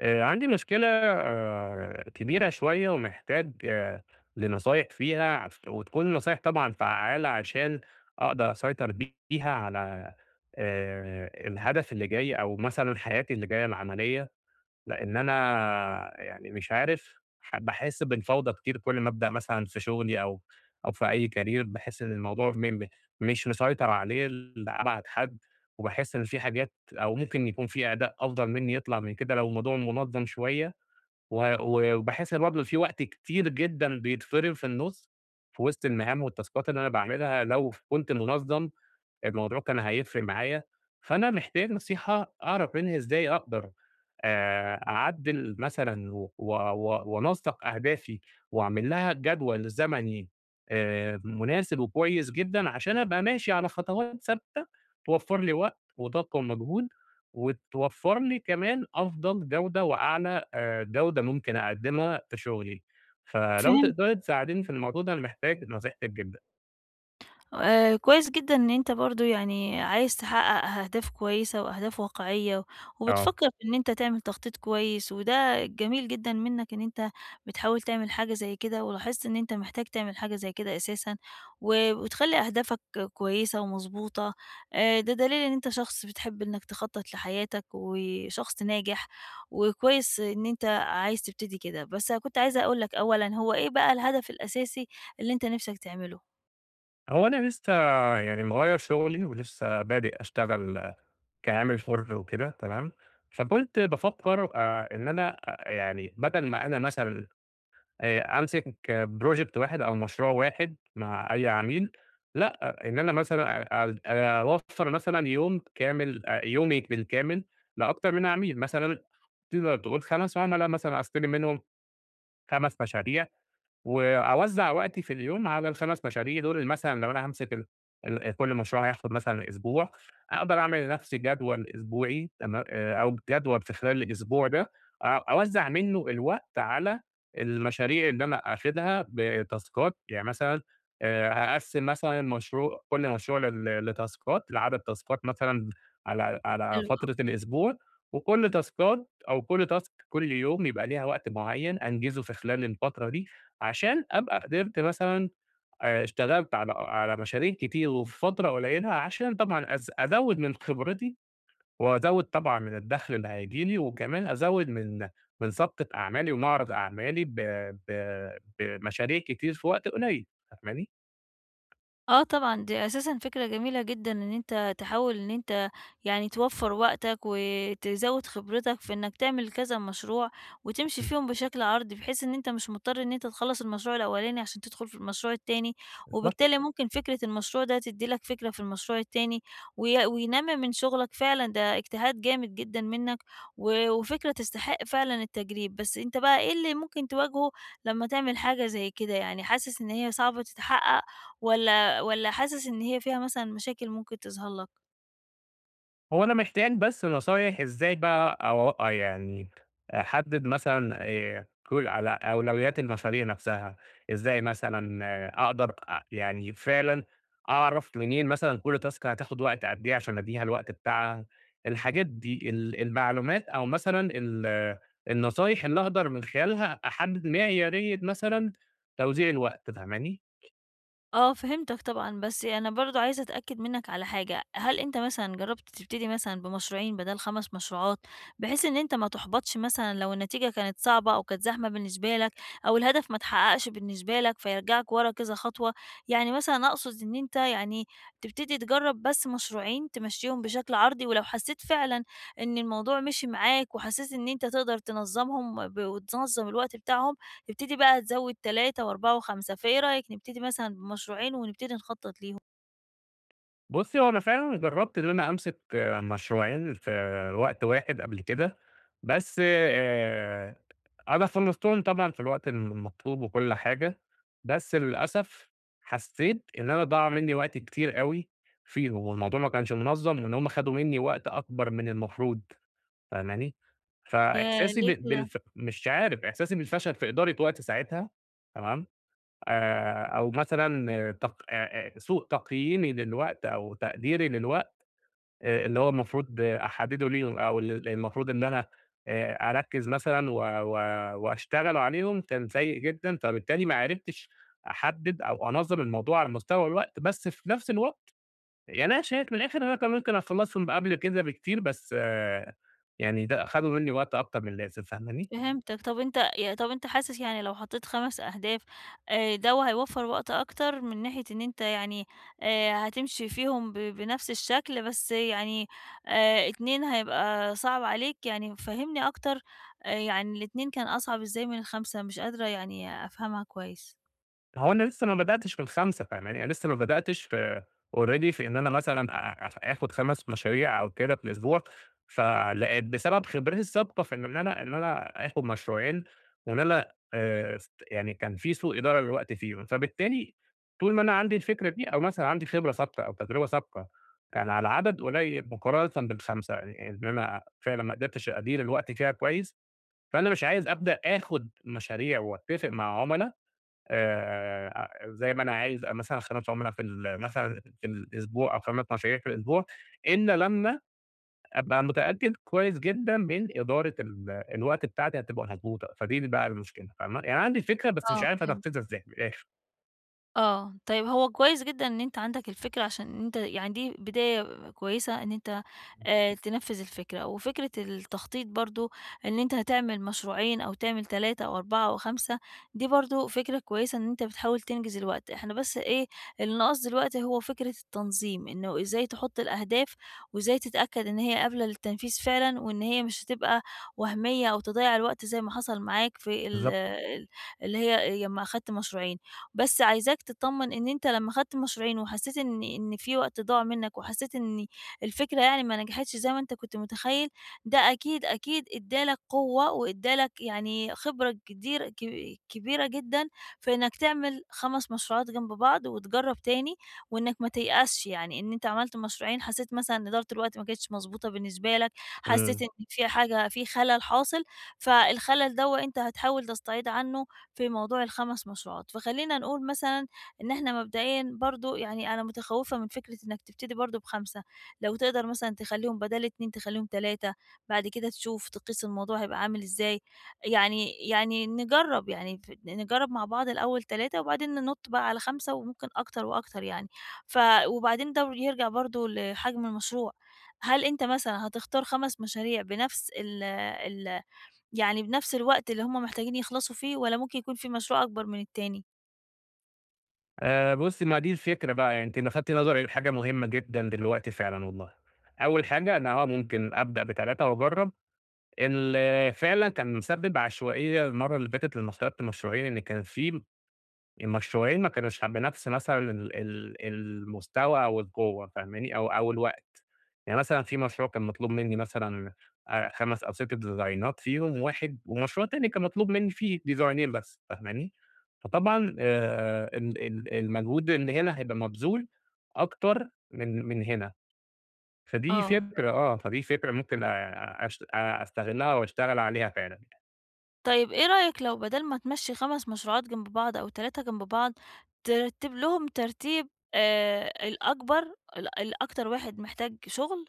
عندي مشكلة كبيرة شوية ومحتاج لنصايح فيها وتكون نصايح طبعًا فعّالة عشان أقدر أسيطر بيها على الهدف اللي جاي أو مثلًا حياتي اللي جاية العملية. لإن أنا يعني مش عارف باحس بالفوضى كتير كل ما أبدأ مثلًا في شغلي أو في أي career، باحس إن الموضوع م م مش مسيطر عليه لأبعد حد، وباحس إن في حاجات أو ممكن يكون في أداء أفضل مني يطلع من كده لو الموضوع منظم شوية، و و وباحس إن برضه في وقت كتير جدًا بيتفرم في النُص في وسط المهام والتاسكات اللي أنا باعملها، لو كنت منظم الموضوع كان هيفرق معايا. فأنا محتاج نصيحة أعرف منها إزاي أقدر أعدِّل مثلًا و و و وأنسَّق أهدافي وأعمل لها جدول زمني مناسب وكويس جدًا عشان أبقى ماشي على خطوات ثابتة توفّر لي وقت وطاقة ومجهود، وتوفّر لي كمان أفضل جودة وأعلى جودة ممكن أقدِّمها في شغلي. فلو فهمت، تقدري تساعديني في الموضوع ده، أنا محتاج نصيحتِك جدًا. كويس جدًا إن أنت برضه يعني عايز تحقق أهداف كويسة وأهداف واقعية، و- آه. وبتفكّر في إن أنت تعمل تخطيط كويس، وده جميل جدًا منّك إن أنت بتحاول تعمل حاجة زي كده، ولاحظت إن أنت محتاج تعمل حاجة زي كده أساسًا، و وتخلّي أهدافك كويسة ومضبوطة، ده دليل إن أنت شخص بتحب إنّك تخطّط لحياتك، وشخص ناجح، وكويس إن أنت عايز تبتدي كده، بس كنت عايزة أقول لك أولًا هو إيه بقى الهدف الأساسي اللي أنت نِفْسك تعمله؟ هو أنا لسه يعني مغيّر شغلي ولسه بادئ أشتغل كعامل حُر وكده، تمام؟ فكنت بافكّر إن أنا، يعني، بدل ما أنا مثلًا أمسك project واحد أو مشروع واحد مع أي عميل، لأ، آه، إن أنا مثلًا أ أل أوفّر مثلًا يوم كامل أ يومي بالكامل لأكتر من عميل. مثلًا تقدر تقول 5 عُملا مثلًا، أستلم منهم 5 مشاريع وأوزّع وقتي في اليوم على ال5 مشاريع دول. مثلًا لو أنا هامسك ال ال كل مشروع هياخد مثلًا أسبوع، أقدر أعمل لنفسي جدول أسبوعي تما أو جدول في خلال الأسبوع ده أوزّع منّه الوقت على المشاريع اللي أنا آخدها بتاسكات. يعني مثلًا هاقسّم مثلًا كل مشروع لتاسكات، لعدد تاسكات مثلًا على حلو. فترة الأسبوع، وكل تاسكات أو كل task كل يوم يبقى ليها وقت معيّن أنجزه في خلال الفترة دي. عشان أبقى قدرت مثلًا اشتغلت على مشاريع كتير وفي فترة قليلة، عشان طبعًا أزوّد من خبرتي، وأزوّد طبعًا من الدخل اللي هييجي لي، وكمان أزوّد من سابقة أعمالي ومعرض أعمالي ب ب بمشاريع كتير في وقت قليل، فاهماني؟ آه طبعًا، دي أساسًا فكرة جميلة جدًا إن أنت تحاول إن أنت يعني توفّر وقتك، وتزوّد خبرتك في إنك تعمل كذا مشروع، وتمشي فيهم بشكل عرضي، بحيث إن أنت مش مضطر إن أنت تخلّص المشروع الأولاني عشان تدخل في المشروع التاني، وبالتالي ممكن فكرة المشروع ده تدّي لك فكرة في المشروع التاني، وي وينمّي من شغلك فعلًا ده اجتهاد جامد جدًا منك، و وفكرة تستحق فعلًا التجريب. بس أنت بقى إيه اللي ممكن تواجهه لمّا تعمل حاجة زي كده؟ يعني حاسس إن هي صعبة تتحقق والّا والّا حاسس إن هي فيها مثلًا مشاكل ممكن تظهر لك؟ هو أنا محتاج بس نصايح إزاي بقى، أو يعني أحدد مثلًا على أولويات المشاريع نفسها. إزاي مثلًا أقدر يعني فعلًا أعرف منين مثلًا كل تاسك هتاخد وقت قد إيه عشان أدّيها الوقت بتاعها، الحاجات دي، المعلومات أو مثلًا النصايح اللي أقدر من خلالها أحدد معيارية مثلًا توزيع الوقت، فاهماني؟ آه فهمتك طبعًا، بس أنا برضه عايزة أتأكد منّك على حاجة، هل أنت مثلًا جرّبت تبتدي مثلًا بمشروعين بدل 5 مشروعات، بحيث إن أنت ما تُحبطش مثلًا لو النتيجة كانت صعبة أو كانت زحمة بالنسبة لك، أو الهدف ما اتحققش بالنسبة لك فيرجعك ورا كذا خطوة، يعني مثلًا أقصد إن أنت يعني تبتدي تجرّب بس مشروعين تمشّيهم بشكل عرضي، ولو حسيت فعلًا إن الموضوع مشي معاك وحسيت إن أنت تقدر تنظّمهم ب وتنظّم الوقت بتاعهم تبتدي بقى تزوّد 3 و4 و5، فإيه رأيك نبتدي مثلًا بمشروعين ونبتدي نخطّط ليهم؟ بُصّي، هو أنا فعلًا جرّبت إن أنا أمسك مشروعين في وقت واحد قبل كده، بس أنا خلّصتهم طبعًا في الوقت المطلوب وكل حاجة. بس للأسف حسّيت إن أنا ضاع منّي وقت كتير أوي فيهم، والموضوع ما كانش منظّم، وإن هم خدوا منّي وقت أكبر من المفروض، فاهماني؟ ياه! فإحساسي ليه ب كده؟ بالف مش عارف، إحساسي بالفشل في إدارة وقت ساعتها، تمام؟ أو مثلًا تق سوء تقييمي للوقت أو تقديري للوقت اللي هو المفروض أحدّده ليهم، أو المفروض إن أنا أركّز مثلًا و و وأشتغل عليهم كان سيء جدًا، فبالتالي ما عرفتش أحدّد أو أنظّم الموضوع على مستوى الوقت. بس في نفس الوقت، يعني أنا شايف من الآخر إن أنا كان ممكن أخلّصهم قبل كده بكتير، بس يعني ده أخدوا منّي وقت أكتر من اللازم، فاهماني؟ فهمتك. طب أنت حاسس يعني لو حطيت 5 أهداف، ده هيوفّر وقت أكتر من ناحية إن أنت يعني هتمشي فيهم ب بنفس الشكل بس يعني 2 هيبقى صعب عليك، يعني فهّمني أكتر. يعني ال2 كان أصعب إزاي من ال5؟ مش قادرة يعني أفهمها كويس. هو أنا لسه ما بدأتش في الخمسة، فاهماني؟ أنا لسه ما بدأتش في already في إن أنا مثلًا آخد 5 مشاريع أو كده في الأسبوع. فلقيت بسبب خبرتي السابقة في إن أنا، آخد مشروعين، وإن أنا س يعني كان في سوء إدارة للوقت فيهم. فبالتالي طول ما أنا عندي الفكرة دي، أو مثلًا عندي خبرة سابقة أو تجربة سابقة كان على عدد قليل مقارنة بال5، يعني إن أنا فعلًا ما قدرتش أدير الوقت فيها كويس. فأنا مش عايز أبدأ آخد مشاريع وأتفق مع عُملا زي ما أنا عايز مثلًا، خدمة عملا في مثلًا في الأسبوع أو خدمة مشاريع في الأسبوع، إلا لمّا أبقى متأكد كويس جدًا من إدارة الوقت بتاعتي هتبقى مضبوطة. فدي اللي بقى المشكلة، فاهمة؟ يعني عندي الفكرة، بس مش آه، عارف فهمت. أنفذها إزاي من الآخر. آه، طيب هو كويس جدًا إن أنت عندك الفكرة عشان أنت يعني دي بداية كويسة إن أنت تنفّذ الفكرة، وفكرة التخطيط برضه إن أنت هتعمل مشروعين أو تعمل 3 أو 4 أو 5 دي برضه فكرة كويسة إن أنت بتحاول تنجز الوقت، إحنا بس إيه اللي ناقص دلوقتي هو فكرة التنظيم، إنه إزاي تحط الأهداف، وإزاي تتأكد إن هي قابلة للتنفيذ فعلًا، وإن هي مش هتبقى وهمية أو تضيّع الوقت زي ما حصل معاك في ال بالضبط. ال اللي هي لمّا أخدت مشروعين. بس عايزاك تتطمن إن أنت لمّا خدت مشروعين وحسيت إن في وقت ضاع منك، وحسيت إن الفكرة يعني ما نجحتش زي ما أنت كنت متخيل، ده أكيد، أكيد ادّى لك قوة وادّى لك يعني خبرة كدير ك كبيرة جدًا في إنك تعمل 5 مشروعات جنب بعض وتجرّب تاني، وإنك ما تيأسش يعني إن أنت عملت مشروعين حسيت مثلًا إن إدارة الوقت ما كانتش مضبوطة بالنسبة لك، حسيت إمم. إن في حاجة في خلل حاصل، فالخلل دوّة أنت هتحاول تستعيض عنه في موضوع ال5 مشروعات، فخلّينا نقول مثلًا إن إحنا مبدئيًا برضه يعني أنا متخوّفة من فكرة إنك تبتدي برضه ب5 لو تقدر مثلًا تخلّيهم بدل 2 تخلّيهم 3 بعد كده تشوف تقيس الموضوع هيبقى عامل إزاي، يعني نجرّب يعني ف نجرّب مع بعض الأول 3 وبعدين ننُط بقى على 5 وممكن أكتر وأكتر يعني. ف وبعدين ده يرجع برضه لحجم المشروع، هل أنت مثلًا هتختار 5 مشاريع بنفس ال ال يعني بنفس الوقت اللي هُم محتاجين يخلصوا فيه، والّا ممكن يكون في مشروع أكبر من التاني؟ بُصّي، ما دي الفكرة بقى. يعني أنتِ لفتِ نظري لحاجة مهمة جدًا دلوقتي فعلًا والله. أول حاجة، أنا ممكن أبدأ ب3 وأجرّب. اللي فعلًا كان مسبب عشوائية المرّة اللي فاتت لما اخترت مشروعين، إن كان في المشروعين ما كانوش بنَفْس مثلًا ال ال المستوى أو القوة، فاهماني؟ أو الوقت. يعني مثلًا في مشروع كان مطلوب منّي مثلًا 5 أو 6 ديزاينات فيهم واحد، ومشروع تاني كان مطلوب منّي فيه ديزاينين بس، فاهماني؟ فطبعًا ال ال المجهود اللي هنا هيبقى مبذول أكتر من هنا. فدي آه. فكرة، آه، فدي فكرة ممكن أشت أستغلّها وأشتغل عليها فعلًا. طيب إيه رأيك لو بدل ما تمشّي 5 مشروعات جنب بعض أو 3 جنب بعض، ترتّب لهم ترتيب الأكبر ال الأكتر واحد محتاج شغل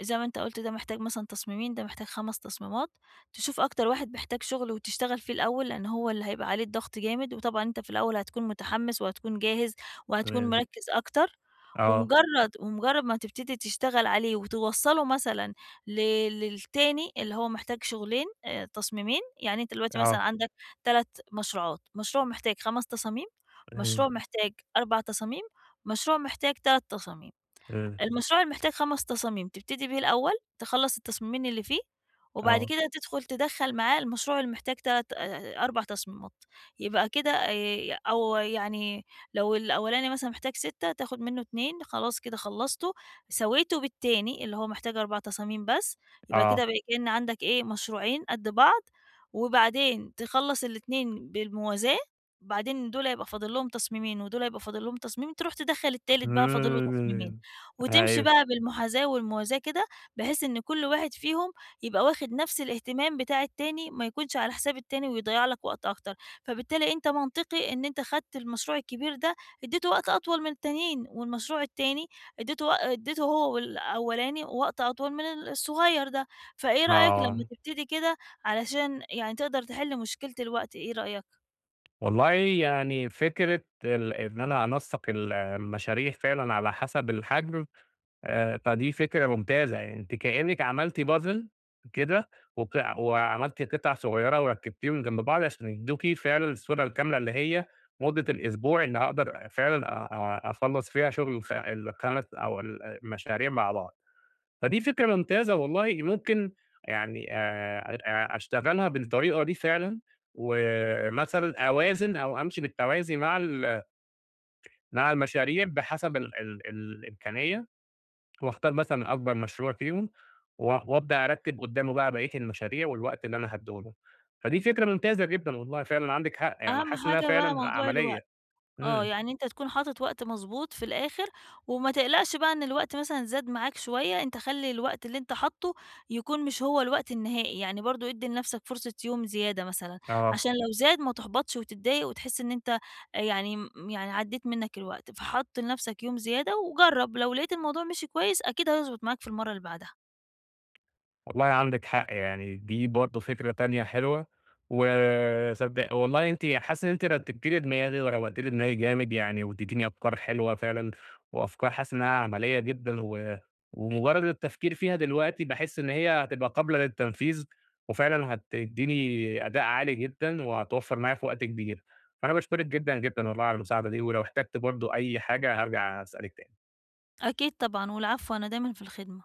زي ما أنت قُلت ده محتاج مثلًا تصميمين، ده محتاج 5 تصميمات، تشوف أكتر واحد محتاج شغل وتشتغل فيه الأول، لأن هو اللي هيبقى عليه الضغط جامد، وطبعًا أنت في الأول هتكون متحمّس وهتكون جاهز وهتكون إمم. مركّز أكتر. آه، ومجرّد ما تبتدي تشتغل عليه وتوصّله مثلًا ل للتاني اللي هو محتاج شغلين تصميمين، يعني أنت دلوقتي آه. مثلًا عندك 3 مشروعات، مشروع محتاج 5 تصاميم، إمم، مشروع محتاج 4 تصاميم، مشروع محتاج 3 تصاميم. إمم. المشروع اللي محتاج 5 تصاميم، تبتدي بيه الأول، تخلّص التصميمين اللي فيه، وبعد آه، كده تدخّل معاه المشروع اللي محتاج تلات 4 تصميمات، يبقى كده. أو يعني لو الأولاني مثلًا محتاج 6 تاخد منه 2 خلاص كده خلّصته، ساويته بالتاني اللي هو محتاج 4 تصاميم بس، يبقى كده آه. بقى كأن عندك إيه، مشروعين قد بعض، وبعدين تخلّص الاتنين بالموازاة، بعدين دول هيبقى فاضل لهم تصميمين، ودول هيبقى فاضل لهم تصميم، تروح تدخّل التالت بقى فاضل له تصميمين. إمم، وتمشي أيوه، بقى بالمحاذاة والموازاة كده، بحيث إن كل واحد فيهم يبقى واخد نفس الاهتمام بتاع التاني، ما يكونش على حساب التاني ويضيّع لك وقت أكتر، فبالتالي أنت منطقي إن أنت خدت المشروع الكبير ده ادّيته وقت أطول من التانيين، والمشروع التاني ادّيته هو والأولاني وقت أطول من ال الصغير ده، فإيه رأيك آه، لمّا تبتدي كده علشان يعني تقدر تحل مشكلة الوقت، إيه رأيك؟ والله يعني فكرة إن أنا أنسّق المشاريع فعلًا على حسب الحجم، فدي فكرة ممتازة. يعني أنتِ كأنِك عملتِ puzzle كده، وعملتِ قطع صغيرة وركبتيهم جنب بعض عشان يدوكِ فعلًا الصورة الكاملة، اللي هي مدة الأسبوع اللي هاقدر فعلًا أ أ أخلّص فيها شغل ال5 أو المشاريع مع بعض. فدي فكرة ممتازة والله، ممكن يعني أ أشتغلها بالطريقة دي فعلًا، ومثلًا أوازن أو أمشي بالتوازي مع مع المشاريع بحسب ال ال الإمكانية، واختار مثلًا أكبر مشروع فيهم، و وأبدأ أرتّب قدّامه بقى بقية المشاريع والوقت اللي أنا هادّيه له. فدي فكرة ممتازة جدًا والله، فعلًا عندِك حق، يعني أهم حاسس إنها حاجة بقى فعلًا موضوع الوقت. عملية. آه، إمم، يعني أنت تكون حاطط وقت مضبوط في الآخر، وما تقلقش بقى إن الوقت مثلًا زاد معاك شوية، أنت خلّي الوقت اللي أنت حاطُّه يكون مش هو الوقت النهائي، يعني برضه ادّي لنفسك فرصة يوم زيادة مثلًا، آه. عشان لو زاد ما تحبطش وتتضايق وتحس إن أنت يعني م يعني عدّيت منّك الوقت، فحُط لنفسك يوم زيادة وجرّب، لو لقيت الموضوع مشي كويس أكيد هيضبط معاك في المرّة اللي بعدها. والله عندِك حق، يعني دي برضه فكرة تانية حلوة، وصدق والله، أنتِ حاسس إن أنتِ رتّبتِ لي دماغي وروّقتِ لي دماغي جامد يعني، وادّيتيني أفكار حلوة فعلًا، وأفكار حاسس إنها عملية جدًا، و ومجرد التفكير فيها دلوقتي باحس إن هي هتبقى قابلة للتنفيذ، وفعلًا هتدّيني أداء عالي جدًا، وهتوفّر معايا في وقت كبير. فأنا باشكرِك جدًا، جدًا والله على المساعدة دي، ولو احتجت برضه أي حاجة هارجع أسألِك تاني. أكيد طبعًا، والعفو أنا دايمًا في الخدمة.